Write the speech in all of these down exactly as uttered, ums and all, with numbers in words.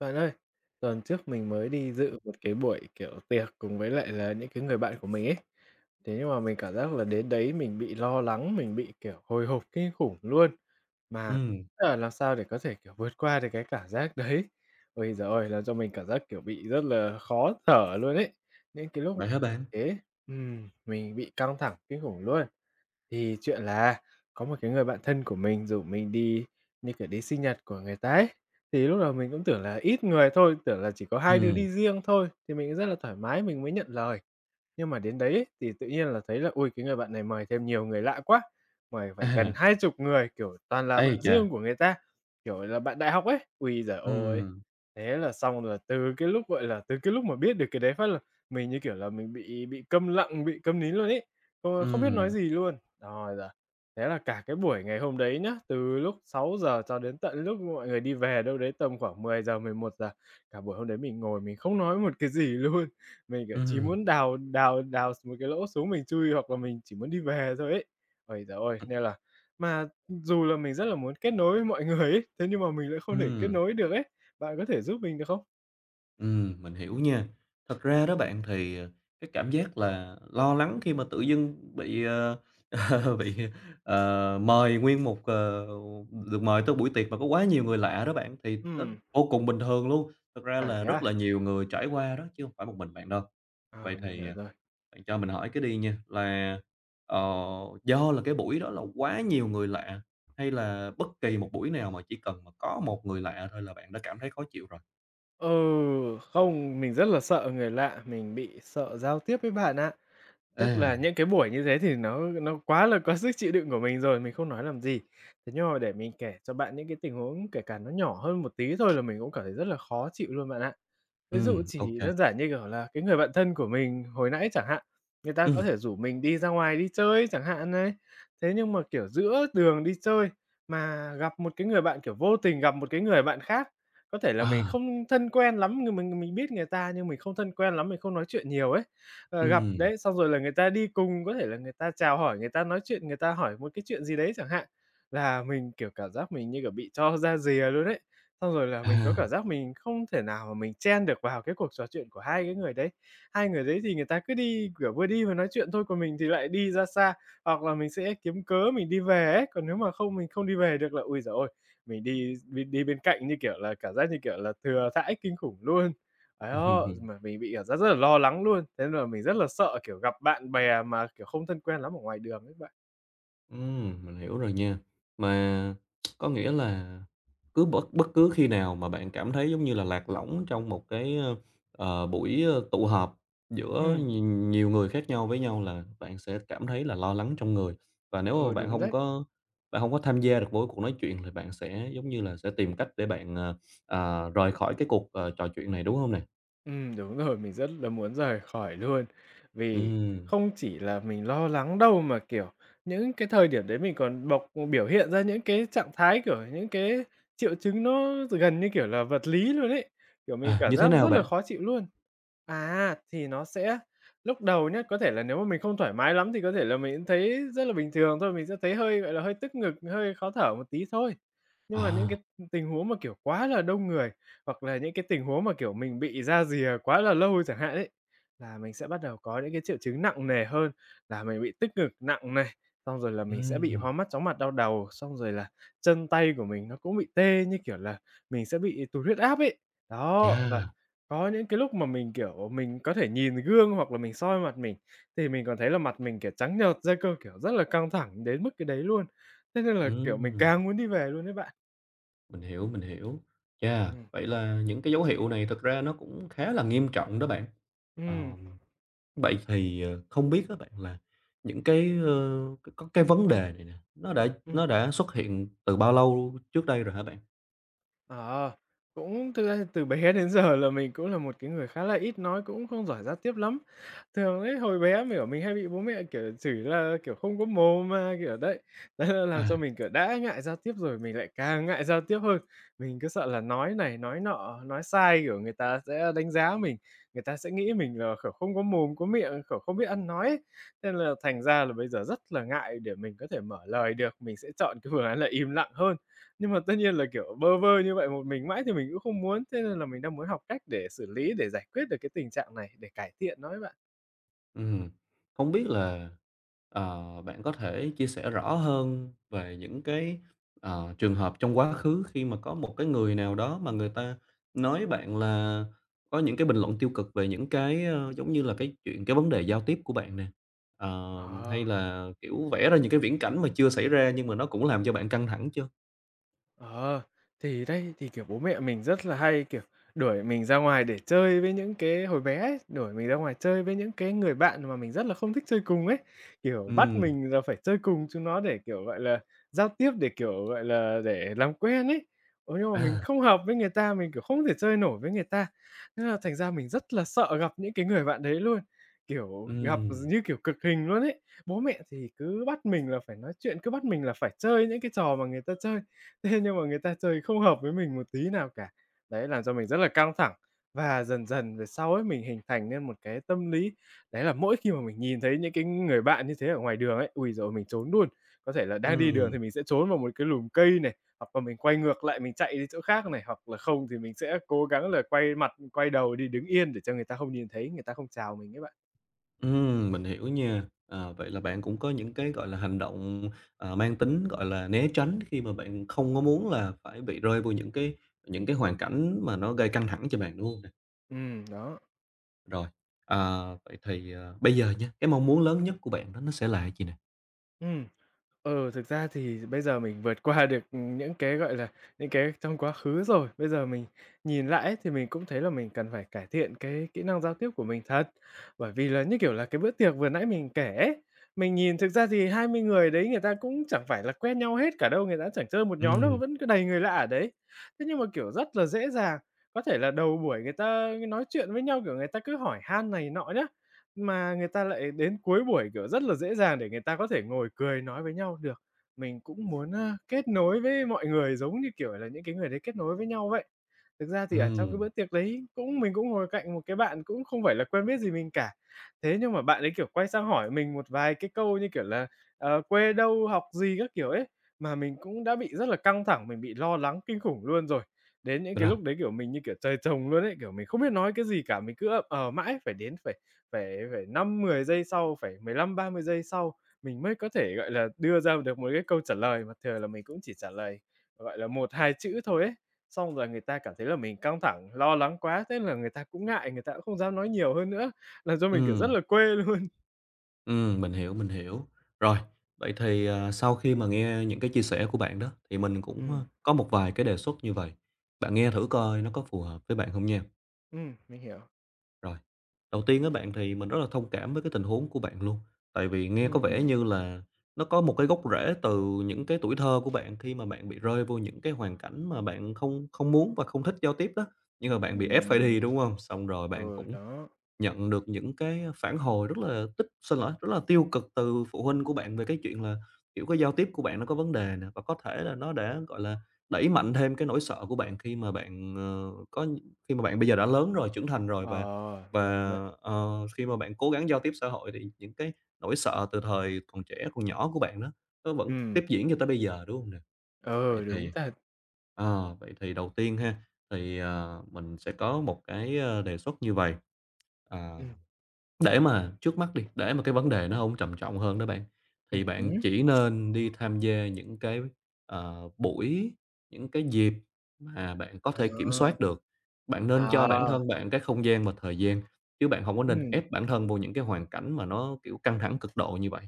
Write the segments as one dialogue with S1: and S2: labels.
S1: Bạn ơi, tuần trước mình mới đi dự một cái buổi, kiểu, tiệc cùng với lại là những cái người bạn của mình ấy. Thế nhưng mà mình cảm giác là đến đấy mình bị lo lắng, mình bị, kiểu, hồi hộp kinh khủng luôn, mà
S2: Ừm,
S1: là làm sao để có thể, kiểu, vượt qua được cái cảm giác đấy. Ôi giời ơi, làm cho mình cảm giác, kiểu, bị rất là khó thở luôn ấy. Những cái lúc
S2: vậy hả bạn?
S1: thế, ừm, mình bị căng thẳng kinh khủng luôn. Thì chuyện là có một cái người bạn thân của mình rủ mình đi, như kiểu, đi sinh nhật của người ta ấy. Thì lúc đầu mình cũng tưởng là ít người thôi, tưởng là chỉ có hai đứa
S2: Ừm.
S1: đi riêng thôi, thì mình rất là thoải mái mình mới nhận lời. Nhưng mà đến đấy ấy, thì tự nhiên là thấy là, ui cái người bạn này mời thêm nhiều người lạ quá, mời phải gần
S2: À.
S1: hai chục người, kiểu, toàn là
S2: Ấy
S1: bạn
S2: chà.
S1: riêng của người ta, kiểu là, bạn đại học ấy. Ui giời ơi.
S2: Ừm.
S1: Thế là xong rồi, từ cái lúc, gọi là, từ cái lúc mà biết được cái đấy phát là mình, như kiểu là, mình bị bị câm lặng, bị câm nín luôn ấy, ờ, không biết nói
S2: Ừm.
S1: gì luôn. Rồi là thế là cả cái buổi ngày hôm đấy nhá, từ lúc sáu giờ cho đến tận lúc mọi người đi về đâu đấy tầm khoảng mười mười giờ mười một giờ, cả buổi hôm đấy mình ngồi mình không nói một cái gì luôn. Mình, kiểu, chỉ
S2: Ừm.
S1: muốn đào đào đào s một cái lỗ xuống mình chui hoặc là mình chỉ muốn đi về thôi ấy. Ôi giời ơi, nên là mà dù là mình rất là muốn kết nối với mọi người ấy, thế nhưng mà mình lại không thể kết
S2: Ừm.
S1: nối được ấy. Bạn có thể giúp mình được không?
S2: Ừm. Mình hiểu nha. Thật ra đó bạn thì, ờ, cái cảm giác là lo lắng khi mà tự dưng bị, ờ, ờ, bị, ờ, mời nguyên một, ờ, được mời tới buổi tiệc mà có quá nhiều người lạ đó bạn, thì nó
S1: Ừm,
S2: vô cùng bình thường luôn. Thực ra
S1: à,
S2: là
S1: thế
S2: rất
S1: à?
S2: là nhiều người trải qua đó chứ hông phải một mình bạn đâu.
S1: Ờ,
S2: Vậy
S1: mình
S2: thì,
S1: hiểu
S2: ờ
S1: rồi.
S2: bạn cho mình hỏi cái đi nha, là, ờ, do là cái buổi đó là quá nhiều người lạ, hay là bất kỳ một buổi nào mà chỉ cần mà có một người lạ thôi là bạn đã cảm thấy khó chịu rồi?
S1: Ừ, không, mình rất là sợ người lạ, mình bị sợ giao tiếp với bạn ạ. Tức
S2: À.
S1: là những cái buổi như thế thì nó nó quá là có sức chịu đựng của mình rồi, mình không nói làm gì. Thế nhưng mà để mình kể cho bạn những cái tình huống kể cả nó nhỏ hơn một tí thôi là mình cũng cảm thấy rất là khó chịu luôn bạn ạ. Ví dụ
S2: Ừm. Ô
S1: chỉ
S2: kê.
S1: đơn giản như, kiểu là, cái người bạn thân của mình hồi nãy chẳng hạn, người ta có thể rủ mình đi ra ngoài đi chơi chẳng hạn này. Thế nhưng mà, kiểu, giữa đường đi chơi mà gặp một cái người bạn, kiểu, vô tình gặp một cái người bạn khác, có thể là mình
S2: À.
S1: không thân quen lắm, ng mình mình biết người ta nhưng mình không thân quen lắm, mình không nói chuyện nhiều ấy. Ờ, gặp
S2: Ừ.
S1: đấy, xong rồi là người ta đi cùng, có thể là người ta chào hỏi, người ta nói chuyện, người ta hỏi một cái chuyện gì đấy chẳng hạn, là mình, kiểu, cảm giác mình như, kiểu, bị cho ra rìa luôn ấy. Xong rồi là mình có cảm
S2: À.
S1: giác mình không thể nào mà mình chen được vào cái cuộc trò chuyện của hai cái người đấy. Hai người đấy thì người ta cứ đi, kiểu, vừa đi vừa nói chuyện thôi, còn mình thì lại đi ra xa, hoặc là mình sẽ kiếm cớ mình đi về ấy. Còn nếu mà không mình không đi về được là, ui giời ơi, mình đi đi đi bên cạnh, như kiểu là, cảm giác như kiểu là, thừa thãi kinh khủng luôn. Ấy đó, mà mình bị cảm giác rất là lo lắng luôn, thế nên là mình rất là sợ, kiểu, gặp bạn bè mà, kiểu, không thân quen lắm ở ngoài đường ấy bạn.
S2: Ừm, mình hiểu rồi nha. Mà có nghĩa là cứ bất bất cứ khi nào mà bạn cảm thấy, giống như là, lạc lõng trong một cái, ờ, buổi, ơ, tụ họp giữa
S1: Ừm.
S2: nhiều nhiều người khác nhau với nhau là bạn sẽ cảm thấy là lo lắng trong người. Và nếu mà
S1: Ừ,
S2: bạn
S1: đúng
S2: không
S1: đấy.
S2: có bạn không có tham gia được với cuộc nói chuyện thì bạn sẽ, giống như là, sẽ tìm cách để bạn, ờ, ờ, rời khỏi cái cuộc, ờ, trò chuyện này, đúng không nè?
S1: Ừ đúng rồi, mình rất là muốn rời khỏi luôn. Vì
S2: Ừm,
S1: không chỉ là mình lo lắng đâu mà, kiểu, những cái thời điểm đấy mình còn bộc biểu hiện ra những cái trạng thái, kiểu, những cái triệu chứng nó gần như, kiểu là, vật lý luôn ấy. Kiểu, mình
S2: à,
S1: cảm
S2: như thế
S1: giác
S2: nào
S1: rất là
S2: bạn?
S1: khó chịu luôn. À, thì nó sẽ lúc đầu nhá, có thể là nếu mà mình không thoải mái lắm thì có thể là mình cũng thấy rất là bình thường thôi, mình sẽ thấy hơi, gọi là, hơi tức ngực, hơi khó thở một tí thôi. Nhưng mà những cái
S2: À.
S1: tình huống mà, kiểu, quá là đông người, hoặc là những cái tình huống mà, kiểu, mình bị ra rìa quá là lâu chẳng hạn ấy, là mình sẽ bắt đầu có những cái triệu chứng nặng nề hơn, là mình bị tức ngực nặng này, xong rồi là mình sẽ bị
S2: Ừm.
S1: hoa mắt, chóng mặt, đau đầu, xong rồi là chân tay của mình nó cũng bị tê, như kiểu là, mình sẽ bị tụt huyết áp ấy. Đó, và
S2: Chà.
S1: có những cái lúc mà mình, kiểu, mình có thể nhìn gương hoặc là mình soi mặt mình, thì mình còn thấy là mặt mình, kiểu, trắng nhợt ra cơ, kiểu, rất là căng thẳng đến mức cái đấy luôn. Thế nên là, kiểu, mình
S2: Ừm.
S1: càng muốn đi về luôn đấy bạn.
S2: Mình hiểu, mình hiểu. Chà,
S1: Ừm.
S2: vậy là những cái dấu hiệu này thực ra nó cũng khá là nghiêm trọng đó bạn. Ờ,
S1: Ừm,
S2: vậy thì, ờ, không biết các bạn là những cái, ơ, c có cái vấn đề này nè, nó đã
S1: ừm.
S2: nó đã xuất hiện từ bao lâu trước đây rồi hả bạn?
S1: Ờ, cũng thực ra từ bé đến giờ là mình cũng là một cái người khá là ít nói, cũng không giỏi giao tiếp lắm. Thường ấy, hồi bé mình ở mình hay bị bố mẹ, kiểu, chửi là, kiểu, không có mồm mà, kiểu, đấy. Đấy là làm
S2: À.
S1: cho mình, kiểu, đã ngại giao tiếp rồi mình lại càng ngại giao tiếp hơn. Mình cứ sợ là nói này, nói nọ, nói sai, kiểu, người ta sẽ đánh giá mình, người ta sẽ nghĩ mình là, kiểu, không có mồm, có miệng, kiểu, không biết ăn nói ấy. Nên là thành ra là bây giờ rất là ngại để mình có thể mở lời được, mình sẽ chọn cái phương án là im lặng hơn. Nhưng mà tất nhiên là, kiểu, bơ vơ như vậy một mình mãi thì mình cũng không muốn, thế nên là mình đang muốn học cách để xử lý, để giải quyết được cái tình trạng này, để cải thiện nó ấy bạn.
S2: Ừm, không biết là, ờ, bạn có thể chia sẻ rõ hơn về những cái, ờ, trường hợp trong quá khứ khi mà có một cái người nào đó mà người ta nói bạn là có những cái bình luận tiêu cực về những cái, ơ, giống như là, cái chuyện cái vấn đề giao tiếp của bạn nè, ờ, hay
S1: Ờ.
S2: là, kiểu, vẽ ra những cái viễn cảnh mà chưa xảy ra nhưng mà nó cũng làm cho bạn căng thẳng chưa?
S1: Ờ, thì đấy, thì, kiểu, bố mẹ mình rất là hay, kiểu, đuổi mình ra ngoài để chơi với những cái hồi bé ấy, đuổi mình ra ngoài chơi với những cái người bạn mà mình rất là không thích chơi cùng ấy, kiểu, bắt
S2: Ừm.
S1: mình là phải chơi cùng chúng nó để, kiểu, gọi là, giao tiếp, để, kiểu, gọi là, để làm quen ấy. Ừ, nhưng mà mình
S2: À.
S1: không hợp với người ta, mình, kiểu, không thể chơi nổi với người ta, nên là thành ra mình rất là sợ gặp những cái người bạn đấy luôn, kiểu, gặp
S2: Ừm.
S1: như kiểu cực hình luôn ấy. Bố mẹ thì cứ bắt mình là phải nói chuyện, cứ bắt mình là phải chơi những cái trò mà người ta chơi. Thế nhưng mà người ta chơi không hợp với mình một tí nào cả. Đấy, làm cho mình rất là căng thẳng và dần dần về sau ấy, mình hình thành nên một cái tâm lý đấy là mỗi khi mà mình nhìn thấy những cái người bạn như thế ở ngoài đường ấy, ui rồi mình trốn luôn. Có thể là đang đi đường
S2: Ừm.
S1: thì mình sẽ trốn vào một cái lùm cây này, hoặc là mình quay ngược lại mình chạy đi chỗ khác này, hoặc là không thì mình sẽ cố gắng là quay mặt, quay đầu đi đứng yên để cho người ta không nhìn thấy, người ta không chào mình ấy bạn.
S2: Ừm, mình hiểu nha. À, vậy là bạn cũng có những cái, gọi là, hành động, ờ, mang tính, gọi là, né tránh khi mà bạn không có muốn là phải bị rơi vào những cái những cái hoàn cảnh mà nó gây căng thẳng cho bạn, đúng hông nè?
S1: Ừm, đó.
S2: Rồi. À, vậy thì, ờ, bây giờ nha, cái mong muốn lớn nhất của bạn đó nó sẽ là cái gì nè?
S1: Ừm. Ừ, thực ra thì bây giờ mình vượt qua được, ừ, những cái, gọi là, những cái trong quá khứ rồi. Bây giờ mình nhìn lại ấy, thì mình cũng thấy là mình cần phải cải thiện cái kỹ năng giao tiếp của mình thật. Bởi vì là, như kiểu là, cái bữa tiệc vừa nãy mình kể ấy, mình nhìn thực ra thì hai mươi người đấy người ta cũng chẳng phải là quen nhau hết cả đâu, người ta cũng chẳng chơi một nhóm đâu,
S2: Ừm.
S1: vẫn cứ đầy người lạ ở đấy. Thế nhưng mà, kiểu, rất là dễ dàng, có thể là đầu buổi người ta nói chuyện với nhau, kiểu, người ta cứ hỏi han này nọ nhá. Mà người ta lại đến cuối buổi, kiểu, rất là dễ dàng để người ta có thể ngồi cười nói với nhau được. Mình cũng muốn, a, kết nối với mọi người giống như, kiểu là, những cái người đấy kết nối với nhau vậy. Thực ra thì ở trong cái bữa
S2: Ừm.
S1: tiệc đấy cũng mình cũng ngồi cạnh một cái bạn cũng không phải là quen biết gì mình cả. Thế nhưng mà bạn ấy, kiểu, quay sang hỏi mình một vài cái câu như kiểu là, ờ, quê đâu, học gì các kiểu ấy, mà mình cũng đã bị rất là căng thẳng, mình bị lo lắng kinh khủng luôn rồi. Đến những cái
S2: Rồi.
S1: lúc đấy, kiểu, mình như kiểu trời trồng luôn ấy, kiểu, mình không biết nói cái gì cả, mình cứ ậm ờ mãi, phải đến phải phải phải năm mười giây sau, phải mười lăm ba mươi giây sau mình mới có thể, gọi là, đưa ra được một cái câu trả lời mà thường là mình cũng chỉ trả lời, gọi là, một hai chữ thôi ấy. Xong rồi người ta cảm thấy là mình căng thẳng, lo lắng quá, thế là người ta cũng ngại, người ta cũng không dám nói nhiều hơn nữa, làm cho mình, kiểu, rất
S2: Ừm.
S1: là quê luôn.
S2: Ừm. Mình hiểu, mình hiểu. Rồi, vậy thì, ờ, sau khi mà nghe những cái chia sẻ của bạn đó, thì mình cũng, ơ,
S1: Ừm,
S2: có một vài cái đề xuất như vậy bạn nghe thử coi nó có phù hợp với bạn không nha.
S1: ừm, mình hiểu.
S2: Rồi. Đầu tiên á bạn thì mình rất là thông cảm với cái tình huống của bạn luôn, tại vì nghe có vẻ
S1: Ừm,
S2: như là nó có một cái gốc rễ từ những cái tuổi thơ của bạn khi mà bạn bị rơi vô những cái hoàn cảnh mà bạn không không muốn và không thích giao tiếp đó, nhưng mà bạn bị ép phải đi,
S1: ừm,
S2: đúng không? Xong rồi bạn
S1: ừ,
S2: cũng
S1: đó.
S2: nhận được những cái phản hồi rất là tích xin lỗi, rất là tiêu cực từ phụ huynh của bạn về cái chuyện là, kiểu, cái giao tiếp của bạn nó có vấn đề nè, và có thể là nó đã, gọi là, đẩy mạnh thêm cái nỗi sợ của bạn khi mà bạn, ờ, có nh- khi mà bạn bây giờ đã lớn rồi, trưởng thành rồi và
S1: Ờ,
S2: và,
S1: ra vậy.
S2: ờ, khi mà bạn cố gắng giao tiếp xã hội thì những cái nỗi sợ từ thời còn trẻ, còn nhỏ của bạn đó, nó vẫn
S1: Ừm,
S2: tiếp diễn cho tới bây giờ, đúng không nè? Vậy
S1: ừ, đúng
S2: thì
S1: thật.
S2: ờ, vậy thì đầu tiên ha, thì, ờ, mình sẽ có một cái, ơ, đề xuất như vậy
S1: Ừm,
S2: để mà trước mắt đi, để mà cái vấn đề nó không trầm trọng hơn đó bạn,
S1: ừm
S2: thì bạn
S1: hứm.
S2: chỉ nên đi tham gia những cái, ờ, buổi, những cái dịp mà bạn có thể kiểm
S1: À,
S2: soát được. Bạn nên cho bản
S1: à,
S2: thân bạn cái không gian và thời gian, chứ bạn không có nên
S1: ừm,
S2: ép bản thân vô những cái hoàn cảnh mà nó, kiểu, căng thẳng cực độ như vậy.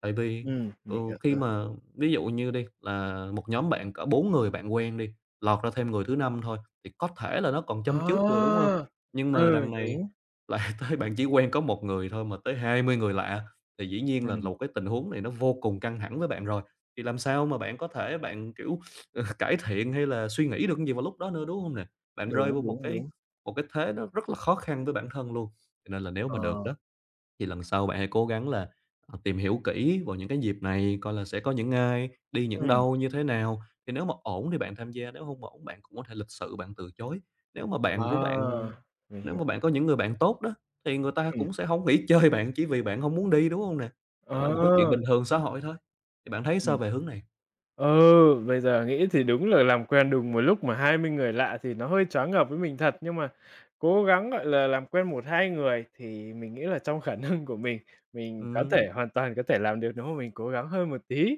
S2: Tại vì,
S1: ừm,
S2: ừ,
S1: mình hiểu
S2: khi
S1: rồi.
S2: mà ví dụ như đi là một nhóm bạn cỡ bốn người bạn quen đi, lọt ra thêm người thứ năm thôi, thì có thể là nó còn châm chước được, đúng
S1: À,
S2: không? Nhưng mà
S1: ừ,
S2: đằng này
S1: đúng,
S2: lại tới bạn chỉ quen có một người thôi mà tới hai mươi người lạ, thì dĩ nhiên là là
S1: ừm,
S2: một cái tình huống này nó vô cùng căng thẳng với bạn rồi. Thì làm sao mà bạn có thể bạn, kiểu, cải thiện hay là suy nghĩ được cái gì vào lúc đó nữa, đúng không nè? Bạn rơi
S1: đúng,
S2: vô
S1: đúng,
S2: một cái
S1: đúng,
S2: một cái thế nó rất là khó khăn với bản thân luôn, cho nên là nếu mà được
S1: ờ,
S2: đó thì lần sau bạn hãy cố gắng là, ờ, tìm hiểu kỹ vào những cái dịp này, coi là sẽ có những ai, đi những
S1: ừm,
S2: đâu, như thế nào. Thì nếu mà ổn thì bạn tham gia, nếu không ổn bạn cũng có thể lịch sự bạn từ chối. Nếu mà bạn của bạn
S1: à, mình
S2: nếu
S1: hiểu,
S2: mà bạn có những người bạn tốt đó, thì người ta
S1: ừm,
S2: cũng sẽ không nghỉ chơi bạn chỉ vì bạn không muốn đi, đúng không nè? Đó là
S1: ờ,
S2: một cái chuyện bình thường xã
S1: đúng,
S2: hội thôi. Thì bạn thấy
S1: ừm.
S2: sao về hướng này?
S1: Ừ, bây giờ nghĩ thì đúng là làm quen đùng một lúc mà hai mươi người lạ thì nó hơi choáng ngợp với mình thật, nhưng mà cố gắng, gọi là, làm quen một hai người thì mình nghĩ là trong khả năng của mình, mình có thể
S2: Ừm.
S1: hoàn toàn có thể làm được nếu mà mình cố gắng hơn một tí.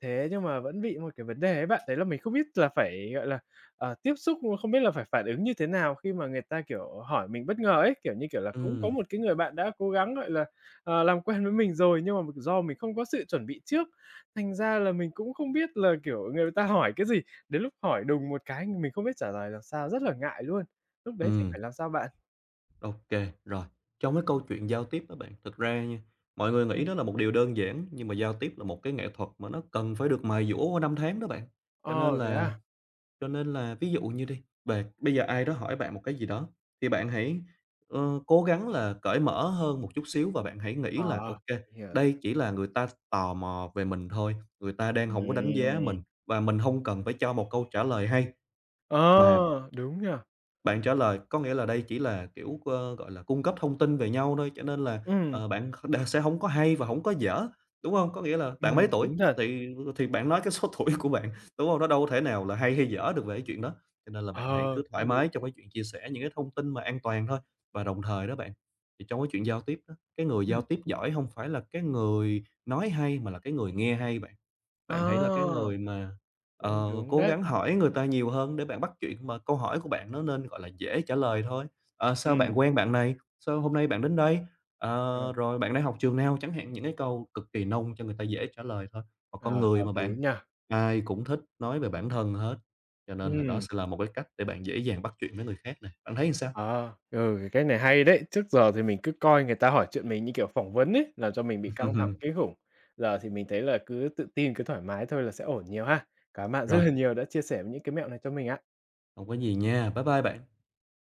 S1: Thế nhưng mà vẫn bị một cái vấn đề ấy bạn, đấy là mình không biết là phải, gọi là, ờ, tiếp xúc, không biết là phải phản ứng như thế nào khi mà người ta, kiểu, hỏi mình bất ngờ ấy, kiểu như, kiểu là, cũng có
S2: Ừm.
S1: một cái người bạn đã cố gắng, gọi là, ờ, làm quen với mình rồi nhưng mà do mình không có sự chuẩn bị trước. Thành ra là mình cũng không biết là, kiểu, người ta hỏi cái gì, đến lúc hỏi đùng một cái mình không biết trả lời làm sao, rất là ngại luôn. Lúc đấy thì
S2: Ừm.
S1: phải làm sao bạn?
S2: OK, rồi. Trong cái câu chuyện giao tiếp đó bạn, thực ra nha, mọi người nghĩ
S1: Ừm.
S2: đó là một điều đơn giản, nhưng mà giao tiếp là một cái nghệ thuật mà nó cần phải được mài dũa qua năm tháng đó bạn. Cho
S1: Ờ,
S2: nên
S1: thế
S2: là
S1: à?
S2: cho nên là ví dụ như đi, về bây giờ ai đó hỏi bạn một cái gì đó, thì bạn hãy, ờ, cố gắng là cởi mở hơn một chút xíu và bạn hãy nghĩ là
S1: Ờ,
S2: "OK,
S1: mình hiểu.
S2: đây chỉ là người ta tò mò về mình thôi, người ta đang không có đánh giá
S1: Ừm.
S2: mình và mình không cần phải cho một câu trả lời hay mà".
S1: Ờ, đúng nhỉ?
S2: Bạn trả lời, có nghĩa là đây chỉ là, kiểu, ơ, gọi là, cung cấp thông tin về nhau thôi, cho nên là,
S1: Ừm,
S2: ờ, bạn kh đ sẽ không có hay và không có dở, đúng không? Có nghĩa là bạn
S1: ừm,
S2: mấy tuổi
S1: đúng thật.
S2: thì thì bạn nói cái số tuổi của bạn, đúng không? Nó đâu thể nào là hay hay dở được về cái chuyện đó, cho nên là bạn hãy
S1: Ờ,
S2: cứ thoải
S1: cũng đúng.
S2: mái trong cái chuyện chia sẻ những cái thông tin mà an toàn thôi. Và đồng thời đó bạn, thì trong cái chuyện giao tiếp á, cái người giao
S1: Ừm.
S2: tiếp giỏi không phải là cái người nói hay mà là cái người nghe hay bạn.
S1: Ờ,
S2: Bạn hãy là cái người mà,
S1: cũng
S2: ờ,
S1: đúng
S2: cố
S1: đấy.
S2: gắng hỏi người ta nhiều hơn để bạn bắt chuyện mà câu hỏi của bạn nó nên, gọi là, dễ trả lời thôi. "Ờ, sao
S1: Ừm,
S2: bạn quen bạn này? Sao hôm nay bạn đến đây?
S1: ờ,
S2: Ờ, rồi bạn đang học trường nào?". Chẳng hạn những cái câu cực kỳ nông cho người ta dễ trả lời thôi. Còn con
S1: ờ,
S2: người
S1: hợp
S2: mà
S1: lý
S2: bạn,
S1: nhỉ?
S2: ai cũng thích nói về bản thân hết, cho nên là đó
S1: Ừm.
S2: sẽ là một cái cách để bạn dễ dàng bắt chuyện với người khác này. Bạn thấy sao?
S1: À, ừ, cái này hay đấy. Trước giờ thì mình cứ coi người ta hỏi chuyện mình như kiểu phỏng vấn ấy, làm cho mình bị căng thẳng kinh khủng. Giờ thì mình thấy là cứ tự tin, cứ thoải mái thôi là sẽ ổn nhiều ha. Cảm ơn bạn rất
S2: Rồi,
S1: là nhiều đã chia sẻ những cái mẹo này cho mình ạ.
S2: không có gì nha. Bye bye bạn.